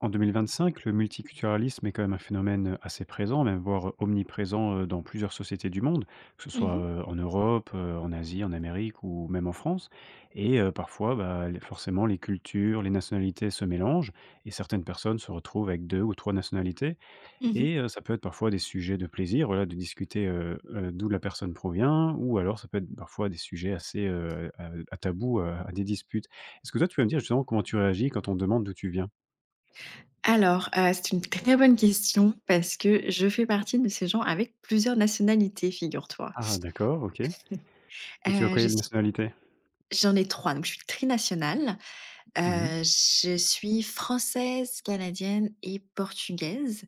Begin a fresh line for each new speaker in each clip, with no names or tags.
En 2025, le multiculturalisme est quand même un phénomène assez présent, même voire omniprésent dans plusieurs sociétés du monde, que ce
Mmh
soit
mh.
en Europe, en Asie, en Amérique ou même en France. Et parfois, bah, forcément, les cultures, les nationalités se mélangent et certaines personnes se retrouvent avec deux ou trois nationalités.
Mmh.
Et ça peut être parfois des sujets de plaisir, voilà, de discuter d'où la personne provient, ou alors ça peut être parfois des sujets assez à tabou, à des disputes. Est-ce que toi, tu vas me dire justement comment tu réagis quand on te demande d'où tu viens.
Alors, c'est une très bonne question parce que je fais partie de ces gens avec plusieurs nationalités, figure-toi.
Ah, d'accord, OK. Et tu as
Je
quelle
suis
nationalité?
j'en ai 3, donc je suis trinationale.
Mmh.
Je suis française, canadienne et portugaise.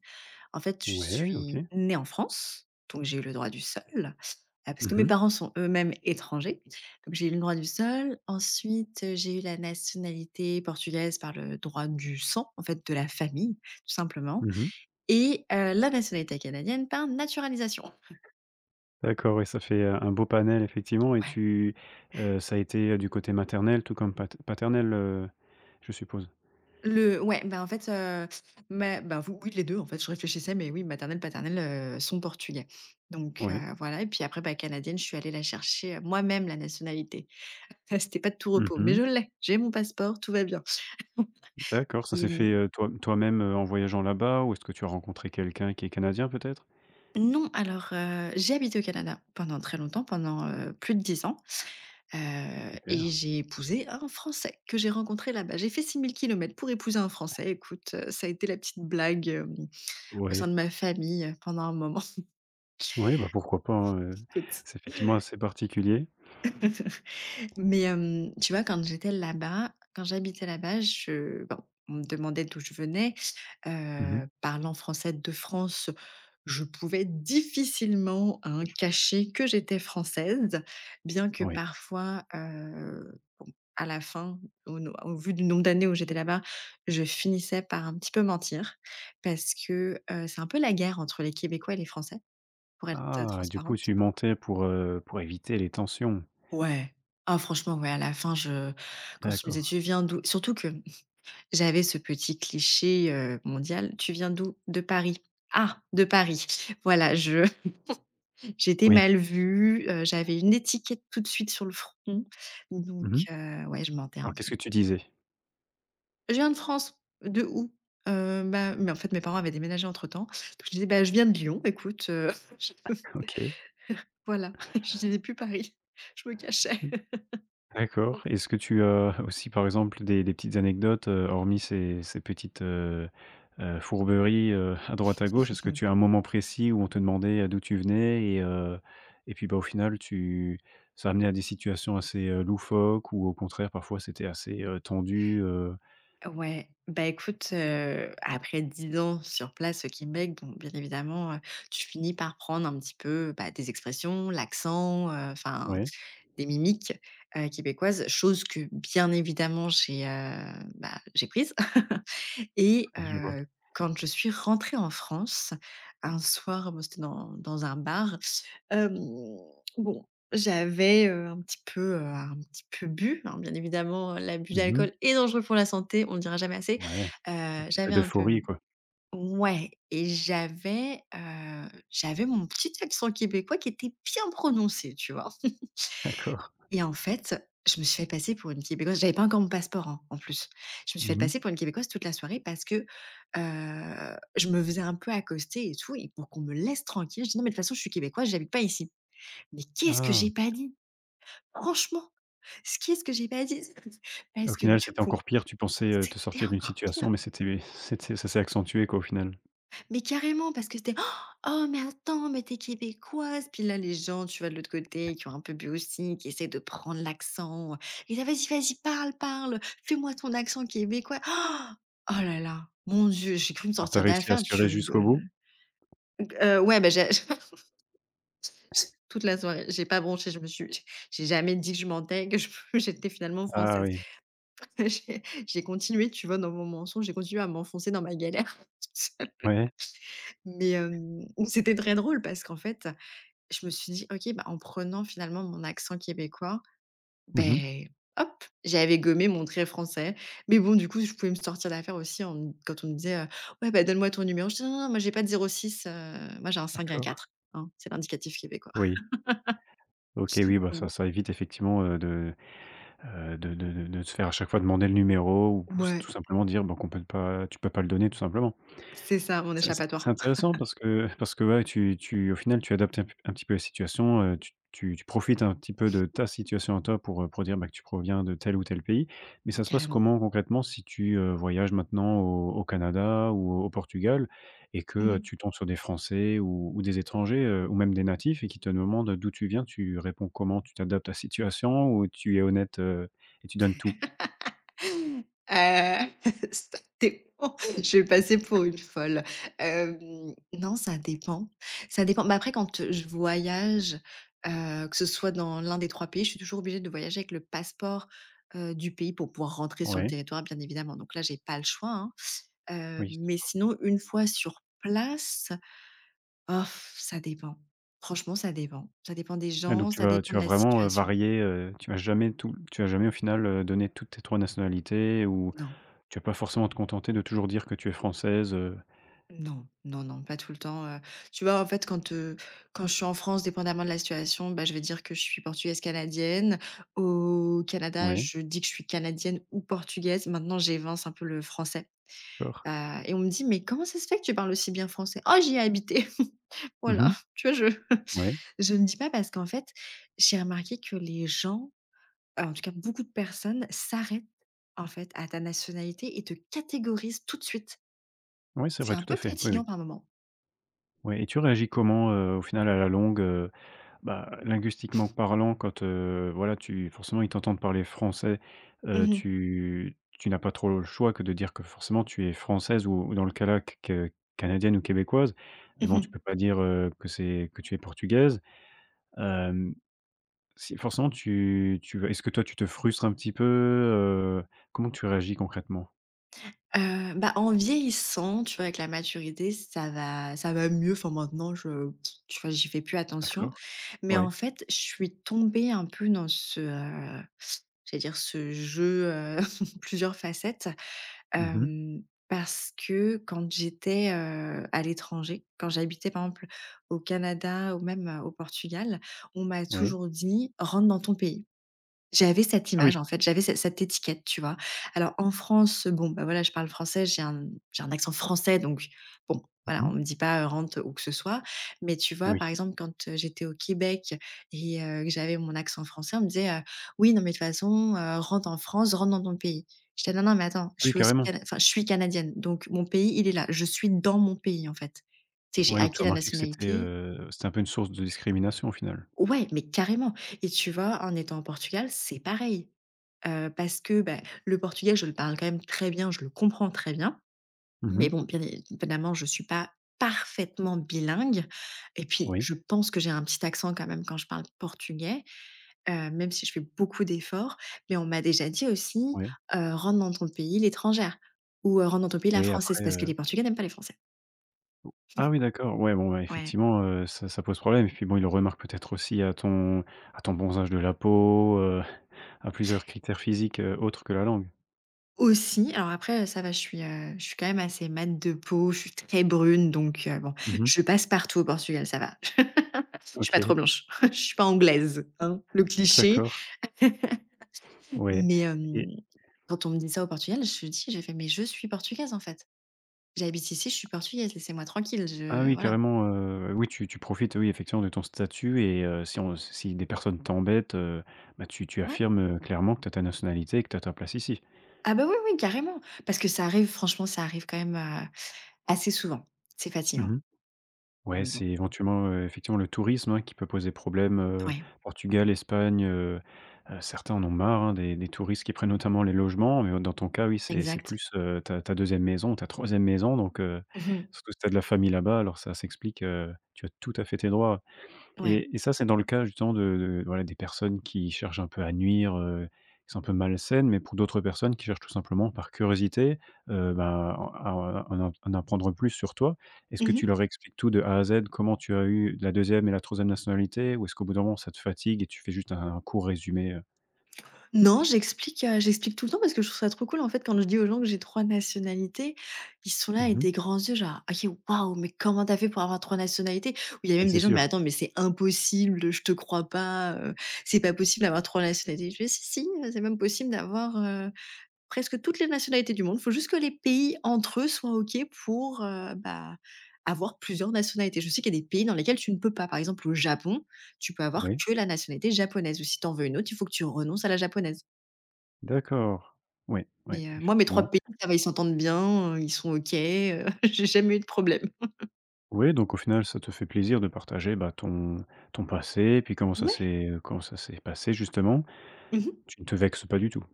En fait, je
Ouais, OK.
suis née en France, donc j'ai eu le droit du sol, parce que
Mmh
mes
mh.
parents sont eux-mêmes étrangers, donc j'ai eu le droit du sol. Ensuite, j'ai eu la nationalité portugaise par le droit du sang, en fait, de la famille, tout simplement.
Mmh.
Et la nationalité canadienne par naturalisation.
D'accord, oui, ça fait, un beau panel effectivement. Et
Ouais.
tu ça a été, du côté maternel tout comme paternel, je suppose?
Le Ouais, bah, en fait, ma bah, v oui, les 2. En fait, je réfléchissais, mais oui, maternelle, paternelle, sont portugais. Donc
Oui.
voilà et puis après, bah, canadienne, je suis allée la chercher, moi-même la nationalité. Ça, c'était pas de tout repos, mais je
Mmh.
l'ai, j'ai mon passeport, tout va bien.
D'accord, ça
et
s'est
mmh
fait, toi toi-même, en voyageant là-bas, ou est-ce que tu as rencontré quelqu'un qui est canadien peut-être?
non, alors, j'ai habité au Canada pendant très longtemps, pendant, plus de 10 ans.
Super.
Et j'ai épousé un Français que j'ai rencontré là-bas. J'ai fait 6 000 kilomètres pour épouser un Français. Écoute, ça a été la petite blague, au
Oui,
sein de ma famille, pendant un moment,
oui, bah, pourquoi pas, hein,
écoute.
c'est effectivement assez particulier.
Mais tu vois, quand j'habitais là-bas, je bon, on me demandait d'où je venais.
Mmh.
Parlant français de France, je pouvais difficilement, hein, cacher que j'étais française, bien que
Oui.
parfois, bon, à la fin, au no au vu du nombre d'années où j'étais là-bas, je finissais par un petit peu mentir parce que, c'est un peu la guerre entre les Québécois et les Français, pour être
Ah, du coup
transparente.
tu mentais pour, éviter les tensions.
Ouais. Ah franchement, ouais, à la fin, je quand tu me disais:
D'accord.
«Tu viens d'où?» surtout que j'avais ce petit cliché, mondial: «Tu viens d'où?» «De Paris». «Ah, de Paris». Voilà, je j'étais
Oui.
mal vue, j'avais une étiquette tout de suite sur le front, donc
Mmh mh.
ouais, je mentais un
Alors qu'est-ce
peu.
que tu disais?
«Je viens de France». «De où?» Bah» mais en fait, mes parents avaient déménagé entre temps, donc je disais: «Bah, je viens de Lyon, écoute,»
OK,
Voilà, je disais plus Paris, je me cachais.
d'accord. Est-ce que tu as aussi, par exemple, des petites anecdotes, hormis ces petites, fourberies, à droite à gauche? Est-ce que tu as un moment précis où on te demandait, d'où tu venais, et puis, bah, au final tu ça a amené à des situations assez, loufoques, ou au contraire parfois c'était assez, tendu,
Ouais, bah, écoute, après 10 ans sur place au Québec, bon, bien évidemment, tu finis par prendre un petit peu, bah, des expressions, l'accent, enfin
Ouais,
des mimiques, québécoises, chose que bien évidemment j'ai, bah, j'ai prise. Et
je vois.
quand je suis rentrée en France, un soir, bon, c'était dans un bar, hem, bon, j'avais, un petit peu bu, hein, bien évidemment, l'abus
Mmh mh.
d'alcool est dangereux pour la santé, on ne le dira jamais assez.
Ouais, un petit peu
J'avais un peu
d'euphorie
bu.
quoi.
Ouais et j'avais, j'avais mon petit accent québécois qui était bien prononcé, tu vois?
D'accord.
Et en fait, je me suis fait passer pour une Québécoise. J'avais pas encore mon passeport, hein, en plus. Je me suis fait
Mmh mh.
passer pour une Québécoise toute la soirée parce que, je me faisais un peu accoster et tout et pour qu'on me laisse tranquille, je dis: «Non, mais de toute façon, je suis Québécoise, j'habite pas ici». Mais qu'est-ce que
Ah!
j'ai pas dit? Franchement, ce qu'est-ce que j'ai pas dit? Parce
Au
que
final,
du
c'était
coup,
encore pire. Tu pensais, te
c'était
sortir d'une
encore
situation,
pire.
mais c'était c'était ça s'est accentué, quoi, au final.
Mais carrément, parce que c'était: «Oh oh, mais attends, mais t'es québécoise!» Puis là, les gens, tu vois, de l'autre côté, qui ont un peu bu aussi, qui essaient de prendre l'accent, et là: «Vas-y, vas-y, parle, parle, fais-moi ton accent québécois!» Oh oh là là, mon Dieu, j'ai cru me
Alors tu
sortir
réussi à
d'affaire, tu
assurer jusqu'au bout?
rigoles. Ouais, bah, j'ai toute la soirée, j'ai pas bronché, je me suis j'ai jamais dit que je mentais, que je j'étais finalement
Ah
française.
oui.
J'ai continué, tu vois, dans mon mensonge, j'ai continué à m'enfoncer dans ma galère.
Ouais.
Mais, c'était très drôle parce qu'en fait je me suis dit: «OK, bah, en prenant finalement mon accent québécois,
Mmh.
ben hop, j'avais gommé mon trait français». Mais bon, du coup, je pouvais me sortir d'affaire aussi en quand on me disait, «Ouais, bah, donne-moi ton numéro». Je dis: «Non, non, non, moi j'ai pas de 06, moi j'ai un cinq un
D'accord.
quatre. Hein, c'est l'indicatif québécois».
Oui. OK, oui, bah,
Donc
ça
bon.
ça évite effectivement, de se faire à chaque fois demander le numéro, ou
Ouais,
tout simplement dire, bah, qu'on peut pas tu peux pas le donner, tout simplement.
c'est ça, mon
C'est
échappatoire.
intéressant, parce que ouais, tu tu au final, tu adaptes un petit peu la situation, tu profites un petit peu de ta situation à toi pour dire, bah, que tu proviens de tel ou tel pays. Mais ça se passe
Carrément.
comment concrètement si tu, voyages maintenant au Canada ou au Portugal, et que,
Mmh.
tu tombes sur des Français, ou des étrangers, ou même des natifs, et qui te demandent d'où tu viens, tu réponds comment? Tu t'adaptes à la situation, ou tu es honnête, et tu donnes tout?
Heu, ça dépend. Je vais passer pour une folle. Non, ça dépend. Ça dépend. Bah, après quand, je voyage, que ce soit dans l'un des 3 pays, je suis toujours obligée de voyager avec le passeport, du pays pour pouvoir rentrer sur le
Ouais,
territoire, bien évidemment. Donc là, j'ai pas le choix, hein.
oui.
Mais sinon, une fois sur place, oh, ça dépend. Franchement, ça dépend. Ça dépend des
Et donc
gens,
tu
ça
vas
dépend
tu
de
vas
la
vraiment,
situation.
varier, tu vas jamais au final, donner toutes tes 3 nationalités, ou
Non.
tu vas pas forcément te contenter de toujours dire que tu es française,
Non, non, non, pas tout le temps, tu vois, en fait, quand je suis en France, dépendamment de la situation, bah, je vais dire que je suis portugaise canadienne. Au Canada,
ouais,
je dis que je suis canadienne ou portugaise. Maintenant, j'évince un peu le français,
d'accord.
et on me dit: «Mais comment ça se fait que tu parles aussi bien français?» «Oh, j'y ai habité».
Mmh mh.
Voilà, tu vois, je
Ouais,
je ne dis pas parce qu'en fait, j'ai remarqué que les gens, en tout cas beaucoup de personnes s'arrêtent, en fait, à ta nationalité et te catégorisent tout de suite.
ouais, c'est
C'est
vrai,
un
tout à
peu
fait. Oui,
fatigant
oui.
par moment.
Oui. Et tu réagis comment, au final à la longue, bah, linguistiquement parlant quand, voilà, tu forcément ils t'entendent parler français,
Mmh.
tu n'as pas trop le choix que de dire que forcément tu es française, ou dans le cas là q que canadienne ou québécoise. Mais
Mmh
bon, tu
mh.
peux pas dire, que tu es portugaise. Hem, Si forcément tu tu vas est-ce que toi tu te frustres un petit peu, Comment tu réagis concrètement?
Bah, en vieillissant, tu vois, avec la maturité, ça va mieux. Enfin, maintenant, je tu vois, j'y fais plus attention.
D'accord,
Mais en
ouais.
fait, je suis tombée un peu dans ce, j'allais dire ce jeu, plusieurs facettes,
Mmh.
hem, parce que quand j'étais, à l'étranger, quand j'habitais, par exemple, au Canada ou même, au Portugal, on m'a
Oui.
toujours dit: «Rentre dans ton pays». J'avais cette
Ah oui.
image en fait, j'avais ce cette étiquette, tu vois? Alors en France, bon, bah, voilà, je parle français, j'ai un accent français donc bon, voilà,
Mmh.
on me dit pas, rentre ou que ce soit. Mais tu vois,
Oui.
par exemple, j'étais au Québec et que j'avais mon accent français, on me disait, «Oui, non mais de toute façon, rentre en France, rentre dans ton pays». J'étais: «Non, non, mais attends,
Ah
je
oui,
suis aussi
carrément.
cana enfin, je suis canadienne, donc mon pays, il est là, je suis dans mon pays, en fait». Tu sais, j'ai
Ouais, donc tu as
acquis la
remarqué que c'était,
nationalité.
heu, c'était un peu une source de discrimination au final?
Ouais, mais carrément et tu vois, en étant au Portugal, c'est pareil. Parce que, bah, le portugais, je le parle quand même très bien, je le comprends très bien.
Mmh
Mais
mh.
bon, bien évidemment, je ne suis pas parfaitement bilingue et puis
Oui,
je pense que j'ai un petit accent quand même quand je parle portugais, même si je fais beaucoup d'efforts. Mais on m'a déjà dit aussi,
ouais,
«Rentre dans ton pays l'étrangère» ou, «Rentre dans ton pays la
oui
française»
après,
parce que les Portugais n'aiment pas les Français.
ah oui d'accord, ouais bon, ouais,
Ouais.
effectivement, ça pose problème. Et puis bon, il le remarque peut-être aussi à ton bronzage de la peau, à plusieurs critères physiques, autres que la langue?
Aussi, alors après, ça va, je suis quand même assez mate de peau, je suis très brune donc, bon,
Mmh.
je passe partout au Portugal, ça va. Je suis pas trop
OK,
blanche, je suis pas anglaise, hein, le cliché.
d'accord, ouais.
Mais quand on me dit ça au Portugal, je me dis j'ai fait: «Mais je suis portugaise, en fait. J'habite ici, je suis portugaise, laissez-moi tranquille,
Ah
je»
oui,
voilà.
carrément, oui, tu profites, oui, effectivement, de ton statut. Et si des personnes t'embêtent, bah, tu
Ouais.
affirmes, clairement que tu as ta nationalité et que tu as ta place ici.
Ah bah, oui, oui, carrément, parce que ça arrive, franchement, ça arrive quand même, assez souvent. C'est
Mmh
fatigant,
mh. Ouais,
donc bon.
c'est éventuellement, effectivement, le tourisme, hein, qui peut poser problème,
Ouais,
Portugal, Espagne, certains en ont marre, hein, des touristes qui prennent notamment les logements. Mais dans ton cas, oui, c'est
exact.
plus, ta 2e maison, ta troisième maison donc
Mmh.
surtout si tu as de la famille là-bas, alors ça s'explique, tu as tout à fait tes droits.
Ouais.
Et ça, c'est dans le cas justement de voilà, des personnes qui cherchent un peu à nuire, qui sont un peu malsaines, mais pour d'autres personnes qui cherchent tout simplement par curiosité, ben, à en apprendre plus sur toi. Est-ce que
Mmh.
tu leur expliques tout de A à Z? Comment tu as eu la deuxième et la troisième nationalité? Ou est-ce qu'au bout d'un moment ça te fatigue et tu fais juste un court résumé,
Non, j'explique, j'explique tout le temps parce que je trouve ça trop cool en fait quand je dis aux gens que j'ai 3 nationalités, ils sont là avec
Mmh.
des grands yeux genre: «OK, waouh, mais comment t'as fait pour avoir 3 nationalités?» ou il y a
Oui,
même
c'est
des gens: «Mais
sûr.
attends, mais c'est impossible, je te crois pas, c'est pas possible d'avoir 3 nationalités». Je dis, «Si, si, c'est même possible d'avoir, presque toutes les nationalités du monde, il faut juste que les pays entre eux soient OK pour, bah, avoir plusieurs nationalités». Je sais qu'il y a des pays dans lesquels tu ne peux pas. Par exemple, au Japon, tu peux avoir
Oui,
que la nationalité japonaise ou si t'en veux une autre, il faut que tu renonces à la japonaise.
d'accord. Oui, oui,
Mais moi mes 3
effectivement.
pays, ça va, ils s'entendent bien, ils sont OK, j'ai jamais eu de problème.
Oui, donc au final, ça te fait plaisir de partager, bah, ton passé, puis comment ça
Ouais.
s'est, euh, comment ça s'est passé justement.
Mmh mh.
Tu ne te vexes pas du tout?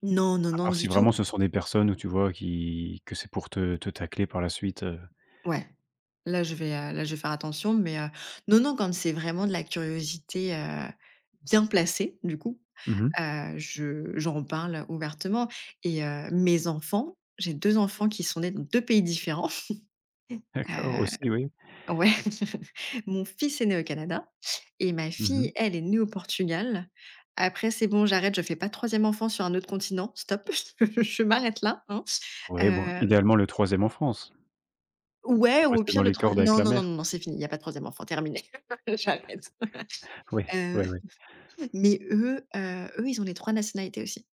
Non, non,
À
non,
part
du
si
tout.
vraiment ce sont des personnes où tu vois qui que c'est pour te tacler par la suite,
Ouais, là je vais faire attention, mais non, non, quand c'est vraiment de la curiosité, bien placée du coup,
Mmh mh.
je j'en parle ouvertement et mes enfants j'ai 2 enfants qui sont nés dans 2 pays différents,
D'accord,
heu
aussi, oui.
Ouais, mon fils est né au Canada et ma
Mmh mh.
fille, elle, est née au Portugal. Après, c'est bon, j'arrête, je fais pas de 3e enfant sur un autre continent, stop, je m'arrête là, hein.
Oui, bon,
Hem,
idéalement le troisième en France,
ouais,
pour
ou au
rester dans
pire le
les cordes
troisième.
avec
Non,
la
non, non,
mère.
non, non, c'est fini, il y a pas de troisième enfant, terminé, j'arrête.
Oui,
Heu,
oui, oui,
mais eux, ils ont les 3 nationalités aussi.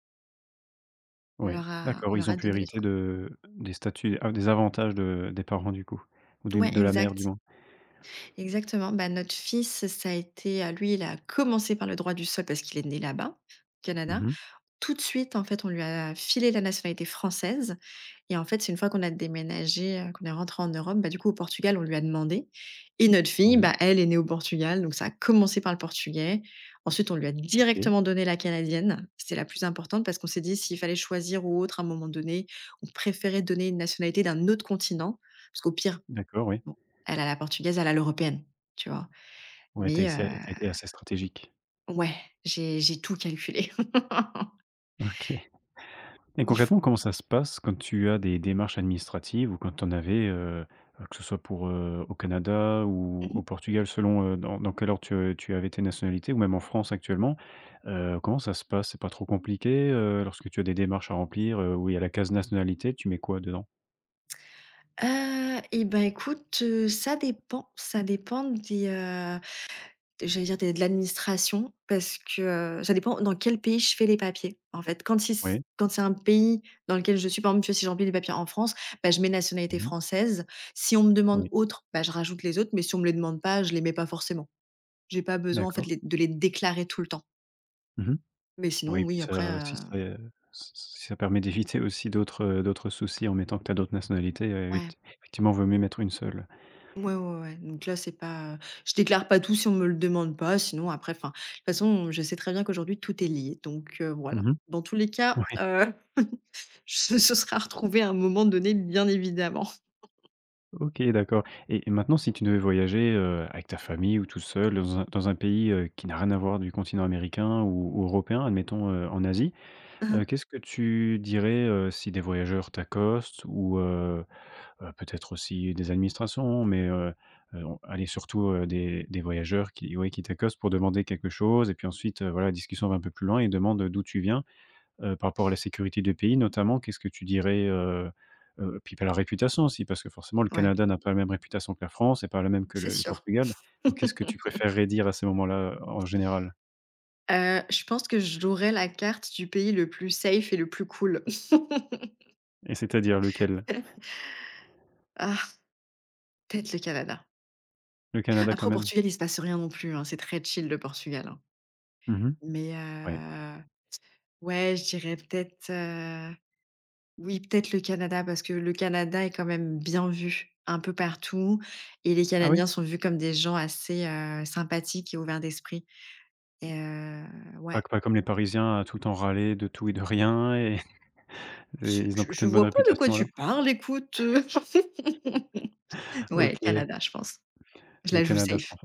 On
oui.
leur a on
D'accord,
leur
ils ont
a
pu
donné les
hériter
3.
de des statuts. Ah, des avantages de des parents du coup, ou du
Ouais,
de la mère du
exact,
moins.
exactement. Bah, notre fils, ça a été, lui, il a commencé par le droit du sol parce qu'il est né là-bas, au
Mmh
Canada.
mh.
Tout de suite, en fait, on lui a filé la nationalité française et en fait, c'est une fois qu'on a déménagé, qu'on est rentré en Europe, bah, du coup, au Portugal, on lui a demandé et notre fille,
Oui,
bah, elle est née au Portugal, donc ça a commencé par le portugais. Ensuite, on lui a
OK,
directement donné la canadienne. C'était la plus importante parce qu'on s'est dit s'il fallait choisir ou autre à un moment donné, on préférait donner une nationalité d'un autre continent parce qu'au pire,
d'accord, oui.
bon, elle a la portugaise, elle a l'européenne, tu vois?
Ouais,
Mais
tu as été assez stratégique.
ouais, j'ai tout calculé.
OK. Et
Il faut
concrètement, comment ça se passe quand tu as des démarches administratives, ou quand tu en avais, que ce soit pour, au Canada ou
mmh.
au Portugal selon, dans quel ordre tu avais tes nationalités, ou même en France actuellement. Comment ça se passe? C'est pas trop compliqué, lorsque tu as des démarches à remplir, où il y a la case nationalité, tu mets quoi dedans?
Et ben écoute, ça dépend. Ça dépend des, j'allais dire des de l'administration parce que, ça dépend dans quel pays je fais les papiers, en fait. Quand si c
Oui.
quand c'est un pays dans lequel je suis, par exemple, tu vois, si je remplis les papiers en France, bah, je mets nationalité
Mmh.
française. Si on me demande
Oui,
autre, bah, je rajoute les autres, mais si on me les demande pas, je les mets pas forcément. J'ai pas besoin, en fait,
d'accord.
les de les déclarer tout le temps.
Mmh.
Mais sinon,
Oui, puis
oui, après,
ça si ça permet d'éviter aussi d'autres soucis en mettant que tu as d'autres nationalités,
ouais.
effectivement, vaut mieux mettre une seule.
Ouais, ouais, ouais, donc là, c'est pas, je déclare pas tout si on me le demande pas, sinon après, enfin, de toute façon, je sais très bien qu'aujourd'hui tout est lié, donc voilà.
Mmh.
Dans tous les cas,
Oui.
ce sera retrouvé à un moment donné, bien évidemment.
OK, d'accord. Et maintenant si tu devais voyager, avec ta famille ou tout seul dans un pays, qui n'a rien à voir du continent américain, ou européen, admettons, en Asie, qu'est-ce que tu dirais, si des voyageurs t'accostent ou peut-être aussi des administrations, mais on allez surtout, des voyageurs qui t'accostent pour demander quelque chose, et puis ensuite, voilà, la discussion va un peu plus loin et demande d'où tu viens, par rapport à la sécurité du pays notamment, qu'est-ce que tu dirais, Puis, pas la réputation aussi, parce que forcément le
Ouais,
Canada n'a pas la même réputation que la France, et pas la même que
c'est
le
sûr.
Portugal. Donc qu'est-ce que tu préférerais dire à ces moments-là, en général?
Je pense que j'aurais la carte du pays le plus safe et le plus cool.
Et c'est-à-dire lequel?
Ah, peut-être le Canada.
Le Canada
Après,
quand
au
même?
Portugal, il se passe rien non plus, hein, c'est très chill le Portugal, hein.
Mmh.
Mais
Ouais.
ouais, je dirais peut-être. Oui, peut-être le Canada, parce que le Canada est quand même bien vu un peu partout et les
Ah oui?
Canadiens sont vus comme des gens assez, sympathiques et ouverts d'esprit et ouais,
Pas pas comme les Parisiens à tout le temps râler de tout et de rien, et et
je
ils ont
je
plutôt
je
une bonne
vois pas de quoi
réputation
tu
alors?
parles, écoute, Ouais,
OK,
Canada, je pense. Je
le
la joue
Canada
safe.
sans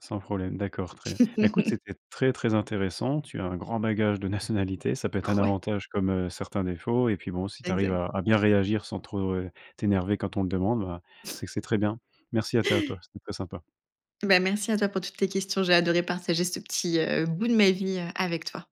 sans problème, d'accord, très bien. Bah, écoute, c'était très, très intéressant. Tu as un grand bagage de nationalité, ça peut être un
Ouais,
avantage comme, certains défauts. Et puis bon, si tu arrives
exact.
à bien réagir sans trop, t'énerver quand on le demande, bah, c'est que c'est très bien. Merci à toi, c'était très sympa.
Bah, merci à toi pour toutes tes questions. J'ai adoré partager ce petit, bout de ma vie, avec toi.